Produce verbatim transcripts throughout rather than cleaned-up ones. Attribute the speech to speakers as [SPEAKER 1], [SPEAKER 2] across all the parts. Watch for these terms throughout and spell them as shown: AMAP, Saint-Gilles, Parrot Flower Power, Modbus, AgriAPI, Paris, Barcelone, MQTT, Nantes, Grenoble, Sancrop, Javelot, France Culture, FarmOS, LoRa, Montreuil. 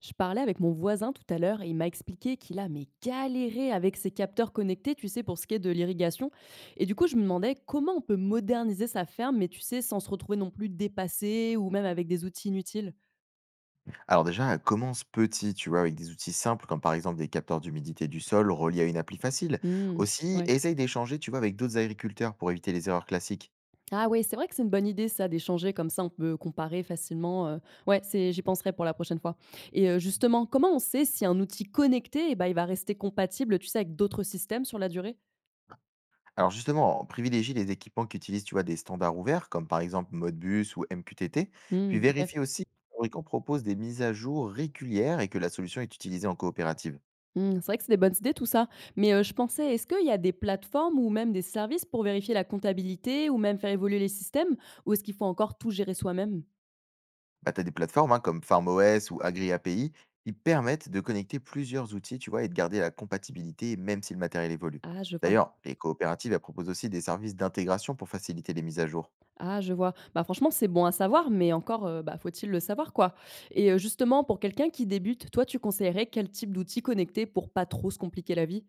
[SPEAKER 1] Je parlais avec mon voisin tout à l'heure et il m'a expliqué qu'il a mais galéré avec ses capteurs connectés, tu sais, pour ce qui est de l'irrigation. Et du coup, je me demandais comment on peut moderniser sa ferme, mais tu sais, sans se retrouver non plus dépassé ou même avec des outils inutiles.
[SPEAKER 2] Alors déjà, elle commence petit, tu vois, avec des outils simples comme par exemple des capteurs d'humidité du sol reliés à une appli facile.
[SPEAKER 1] Hmm,
[SPEAKER 2] Aussi,
[SPEAKER 1] ouais.
[SPEAKER 2] essaye d'échanger, tu vois, avec d'autres agriculteurs pour éviter les erreurs classiques.
[SPEAKER 1] Ah ouais, c'est vrai que c'est une bonne idée ça d'échanger comme ça, on peut comparer facilement. euh, Ouais, c'est, j'y penserai pour la prochaine fois. Et euh, justement, comment on sait si un outil connecté, eh ben, il va rester compatible, tu sais, avec d'autres systèmes sur la durée.
[SPEAKER 2] Alors justement, on privilégie les équipements qui utilisent, tu vois, des standards ouverts comme par exemple Modbus ou M Q T T, puis
[SPEAKER 1] Hmm, ok.
[SPEAKER 2] vérifie aussi que le fabricant propose des mises à jour régulières et que la solution est utilisée en coopérative.
[SPEAKER 1] Mmh, c'est vrai que c'est des bonnes idées tout ça. Mais, heu, je pensais, est-ce qu'il y a des plateformes ou même des services pour vérifier la comptabilité ou même faire évoluer les systèmes? Ou est-ce qu'il faut encore tout gérer soi-même?
[SPEAKER 2] Bah, tu as des plateformes hein, comme FarmOS ou AgriAPI qui permettent de connecter plusieurs outils, tu vois, et de garder la compatibilité même si le matériel évolue.
[SPEAKER 1] Ah je vois,
[SPEAKER 2] D'ailleurs, les coopératives elles proposent aussi des services d'intégration pour faciliter les mises à jour.
[SPEAKER 1] ah je vois. Bah, franchement, c'est bon à savoir, mais encore, heu, bah, faut-il le savoir quoi? Et heu, justement pour quelqu'un qui débute, toi tu conseillerais quel type d'outils connectés pour pas trop se compliquer la vie?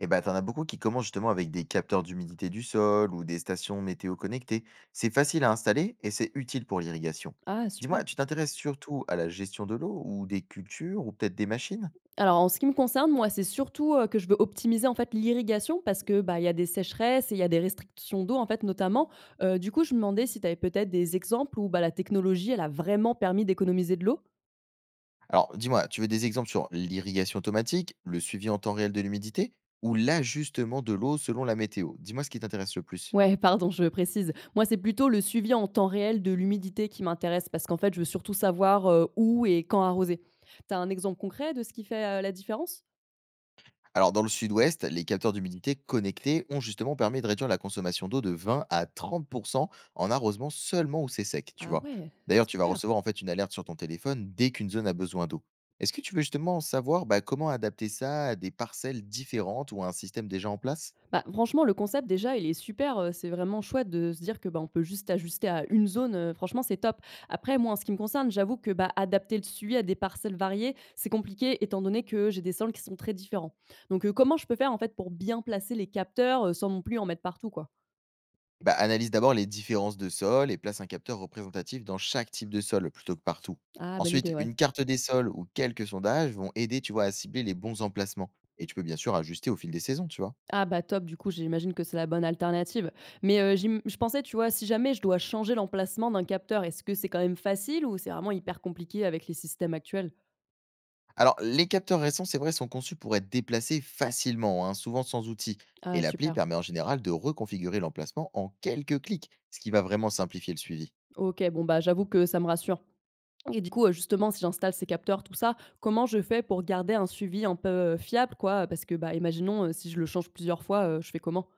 [SPEAKER 2] Et bah, t'en as beaucoup qui commencent justement avec des capteurs d'humidité du sol ou des stations météo connectées. C'est facile à installer et c'est utile pour l'irrigation.
[SPEAKER 1] Ah super.
[SPEAKER 2] Dis-moi, tu t'intéresses surtout à la gestion de l'eau ou des cultures ou peut-être des machines?
[SPEAKER 1] Alors en ce qui me concerne, moi, c'est surtout, heu, que je veux optimiser, en fait, l'irrigation parce que, bah, il y a des sécheresses et il y a des restrictions d'eau, en fait, notamment. Heu, du coup, je me demandais si tu avais peut-être des exemples où, bah, la technologie, elle a vraiment permis d'économiser de l'eau?
[SPEAKER 2] Alors, dis-moi, tu veux des exemples sur l'irrigation automatique, le suivi en temps réel de l'humidité ou l'ajustement de l'eau selon la météo? Dis-moi ce qui t'intéresse le plus.
[SPEAKER 1] Ouais, pardon, je précise. Moi, c'est plutôt le suivi en temps réel de l'humidité qui m'intéresse parce qu'en fait, je veux surtout savoir, heu, où et quand arroser. T'as un exemple concret de ce qui fait, heu, la différence?
[SPEAKER 2] Alors, dans le sud-ouest, les capteurs d'humidité connectés ont justement permis de réduire la consommation d'eau de vingt à trente pour cent en arrosement seulement où c'est sec, tu
[SPEAKER 1] Ah
[SPEAKER 2] vois.
[SPEAKER 1] ouais,
[SPEAKER 2] D'ailleurs, tu vas
[SPEAKER 1] super!
[SPEAKER 2] recevoir en fait une alerte sur ton téléphone dès qu'une zone a besoin d'eau. Est-ce que tu veux justement savoir bah, comment adapter ça à des parcelles différentes ou à un système déjà en place?
[SPEAKER 1] Bah, franchement, le concept déjà, il est super, heu, c'est vraiment chouette de se dire que, bah, on peut juste ajuster à une zone, heu, franchement, c'est top. Après moi, en ce qui me concerne, j'avoue que, bah, adapter le suivi à des parcelles variées, c'est compliqué étant donné que j'ai des sols qui sont très différents. Donc heu, comment je peux faire, en fait, pour bien placer les capteurs, heu, sans non plus en mettre partout, quoi?
[SPEAKER 2] Bah, analyse d'abord les différences de sol et place un capteur représentatif dans chaque type de sol plutôt que partout.
[SPEAKER 1] Ah, bonne idée,
[SPEAKER 2] Ensuite,
[SPEAKER 1] ouais.
[SPEAKER 2] une carte des sols ou quelques sondages vont aider, tu vois, à cibler les bons emplacements. Et tu peux bien sûr ajuster au fil des saisons, tu vois.
[SPEAKER 1] Ah bah, top, du coup, j'imagine que c'est la bonne alternative. Mais heu, j'im je pensais, tu vois, si jamais je dois changer l'emplacement d'un capteur, est-ce que c'est quand même facile ou c'est vraiment hyper compliqué avec les systèmes actuels?
[SPEAKER 2] Alors, les capteurs récents, c'est vrai, sont conçus pour être déplacés facilement, hein, souvent sans outils. Et
[SPEAKER 1] Ah
[SPEAKER 2] l'appli
[SPEAKER 1] super.
[SPEAKER 2] permet en général de reconfigurer l'emplacement en quelques clics, ce qui va vraiment simplifier le suivi.
[SPEAKER 1] OK, bon, bah, j'avoue que ça me rassure et du coup, heu, justement, si j'installe ces capteurs, tout ça, comment je fais pour garder un suivi un peu, heu, fiable, quoi? Parce que, bah, imaginons, heu, si je le change plusieurs fois, heu, je fais comment?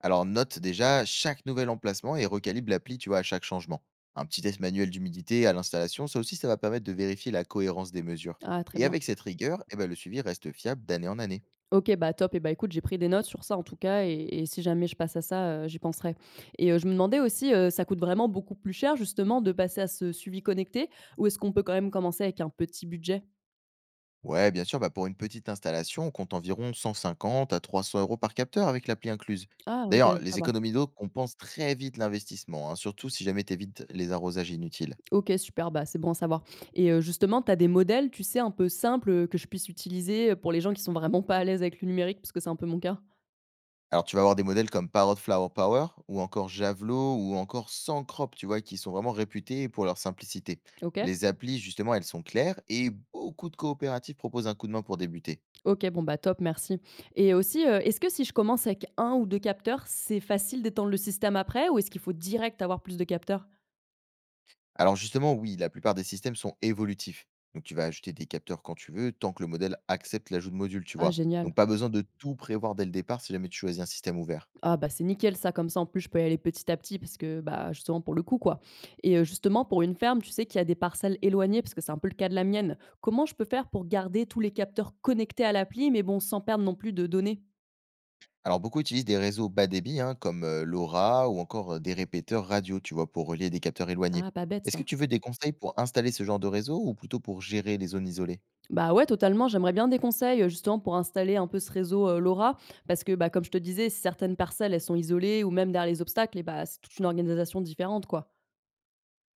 [SPEAKER 2] Alors note déjà chaque nouvel emplacement et recalibre l'appli, tu vois, à chaque changement. Un petit test manuel d'humidité à l'installation, ça aussi, ça va permettre de vérifier la cohérence des mesures.
[SPEAKER 1] Ah, très
[SPEAKER 2] Et
[SPEAKER 1] bien.
[SPEAKER 2] avec cette rigueur, eh ben, le suivi reste fiable d'année en année.
[SPEAKER 1] OK, bah, top et bah, écoute, j'ai pris des notes sur ça, en tout cas et et si jamais je passe à ça, heu, j'y penserai et heu, je me demandais aussi, heu, ça coûte vraiment beaucoup plus cher, justement, de passer à ce suivi connecté ou est-ce qu'on peut quand même commencer avec un petit budget?
[SPEAKER 2] Ouais, bien sûr, bah, pour une petite installation, on compte environ cent cinquante à trois cents euros par capteur avec l'appli incluse.
[SPEAKER 1] Ah, OK,
[SPEAKER 2] D'ailleurs,
[SPEAKER 1] ça
[SPEAKER 2] les
[SPEAKER 1] va.
[SPEAKER 2] économies d'eau compensent très vite l'investissement, hein, surtout si jamais tu évites les arrosages inutiles.
[SPEAKER 1] OK, super, bah, c'est bon à savoir et heu, justement, tu as des modèles, tu sais, un peu simples, heu, que je puisse utiliser, heu, pour les gens qui sont vraiment pas à l'aise avec le numérique? Parce que c'est un peu mon cas.
[SPEAKER 2] Alors, tu vas avoir des modèles comme Parrot Flower Power ou encore Javelot ou encore Sancrop, tu vois, qui sont vraiment réputés pour leur simplicité.
[SPEAKER 1] OK.
[SPEAKER 2] Les applis, justement, elles sont claires et beaucoup de coopératives proposent un coup de main pour débuter.
[SPEAKER 1] OK, bon, bah, top, merci et aussi, heu, est-ce que si je commence avec un ou deux capteurs, c'est facile d'étendre le système après ou est-ce qu'il faut direct avoir plus de capteurs?
[SPEAKER 2] Alors, justement, oui, la plupart des systèmes sont évolutifs. Donc, tu vas ajouter des capteurs quand tu veux, tant que le modèle accepte l'ajout de modules, tu
[SPEAKER 1] Ah
[SPEAKER 2] vois.
[SPEAKER 1] génial.
[SPEAKER 2] Donc, pas besoin de tout prévoir dès le départ si jamais tu choisis un système ouvert.
[SPEAKER 1] Ah bah, c'est nickel ça, comme ça en plus je peux y aller petit à petit parce que, bah, justement pour le coup quoi et heu, justement pour une ferme, tu sais, qu'il y a des parcelles éloignées parce que c'est un peu le cas de la mienne, comment je peux faire pour garder tous les capteurs connectés à l'appli mais bon, sans perdre non plus de données?
[SPEAKER 2] Alors, beaucoup utilisent des réseaux bas débit, hein, comme euh, LoRa ou encore euh, des répéteurs radio, tu vois, pour relier des capteurs éloignés.
[SPEAKER 1] Ah pas bête
[SPEAKER 2] Est-ce que
[SPEAKER 1] ça.
[SPEAKER 2] tu veux des conseils pour installer ce genre de réseau ou plutôt pour gérer les zones isolées?
[SPEAKER 1] Bah, ouais totalement, j'aimerais bien des conseils, heu, justement pour installer un peu ce réseau, heu, LoRa parce que, bah, comme je te disais, certaines parcelles, elles sont isolées ou même derrière les obstacles et bah, c'est toute une organisation différente quoi.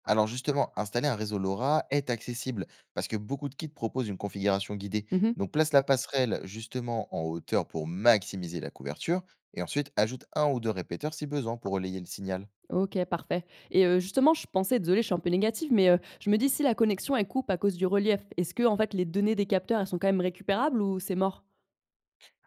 [SPEAKER 2] Alors, justement, installer un réseau LoRa est accessible parce que beaucoup de kits proposent une configuration guidée.
[SPEAKER 1] Mmh.
[SPEAKER 2] Donc, place la passerelle justement en hauteur pour maximiser la couverture et ensuite ajoute un ou deux répéteurs si besoin pour relayer le signal.
[SPEAKER 1] OK, parfait. Et heu, justement, je pensais, désolée, je suis un peu négative, mais heu, je me dis si la connexion, elle coupe à cause du relief, est-ce que en fait les données des capteurs, elles sont quand même récupérables ou c'est mort?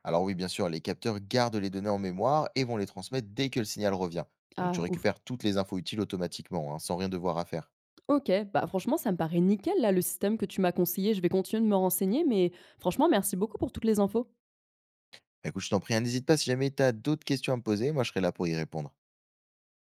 [SPEAKER 2] Alors oui, bien sûr, les capteurs gardent les données en mémoire et vont les transmettre dès que le signal revient. Donc tu
[SPEAKER 1] Ah ouf.
[SPEAKER 2] récupères toutes les infos utiles automatiquement, hein, sans rien devoir à faire.
[SPEAKER 1] OK, bah, franchement, ça me paraît nickel là, le système que tu m'as conseillé. Je vais continuer de me renseigner, mais franchement, merci beaucoup pour toutes les infos.
[SPEAKER 2] Bah, écoute, je t'en prie, hein, n'hésite pas si jamais tu as d'autres questions à me poser, moi je serai là pour y répondre.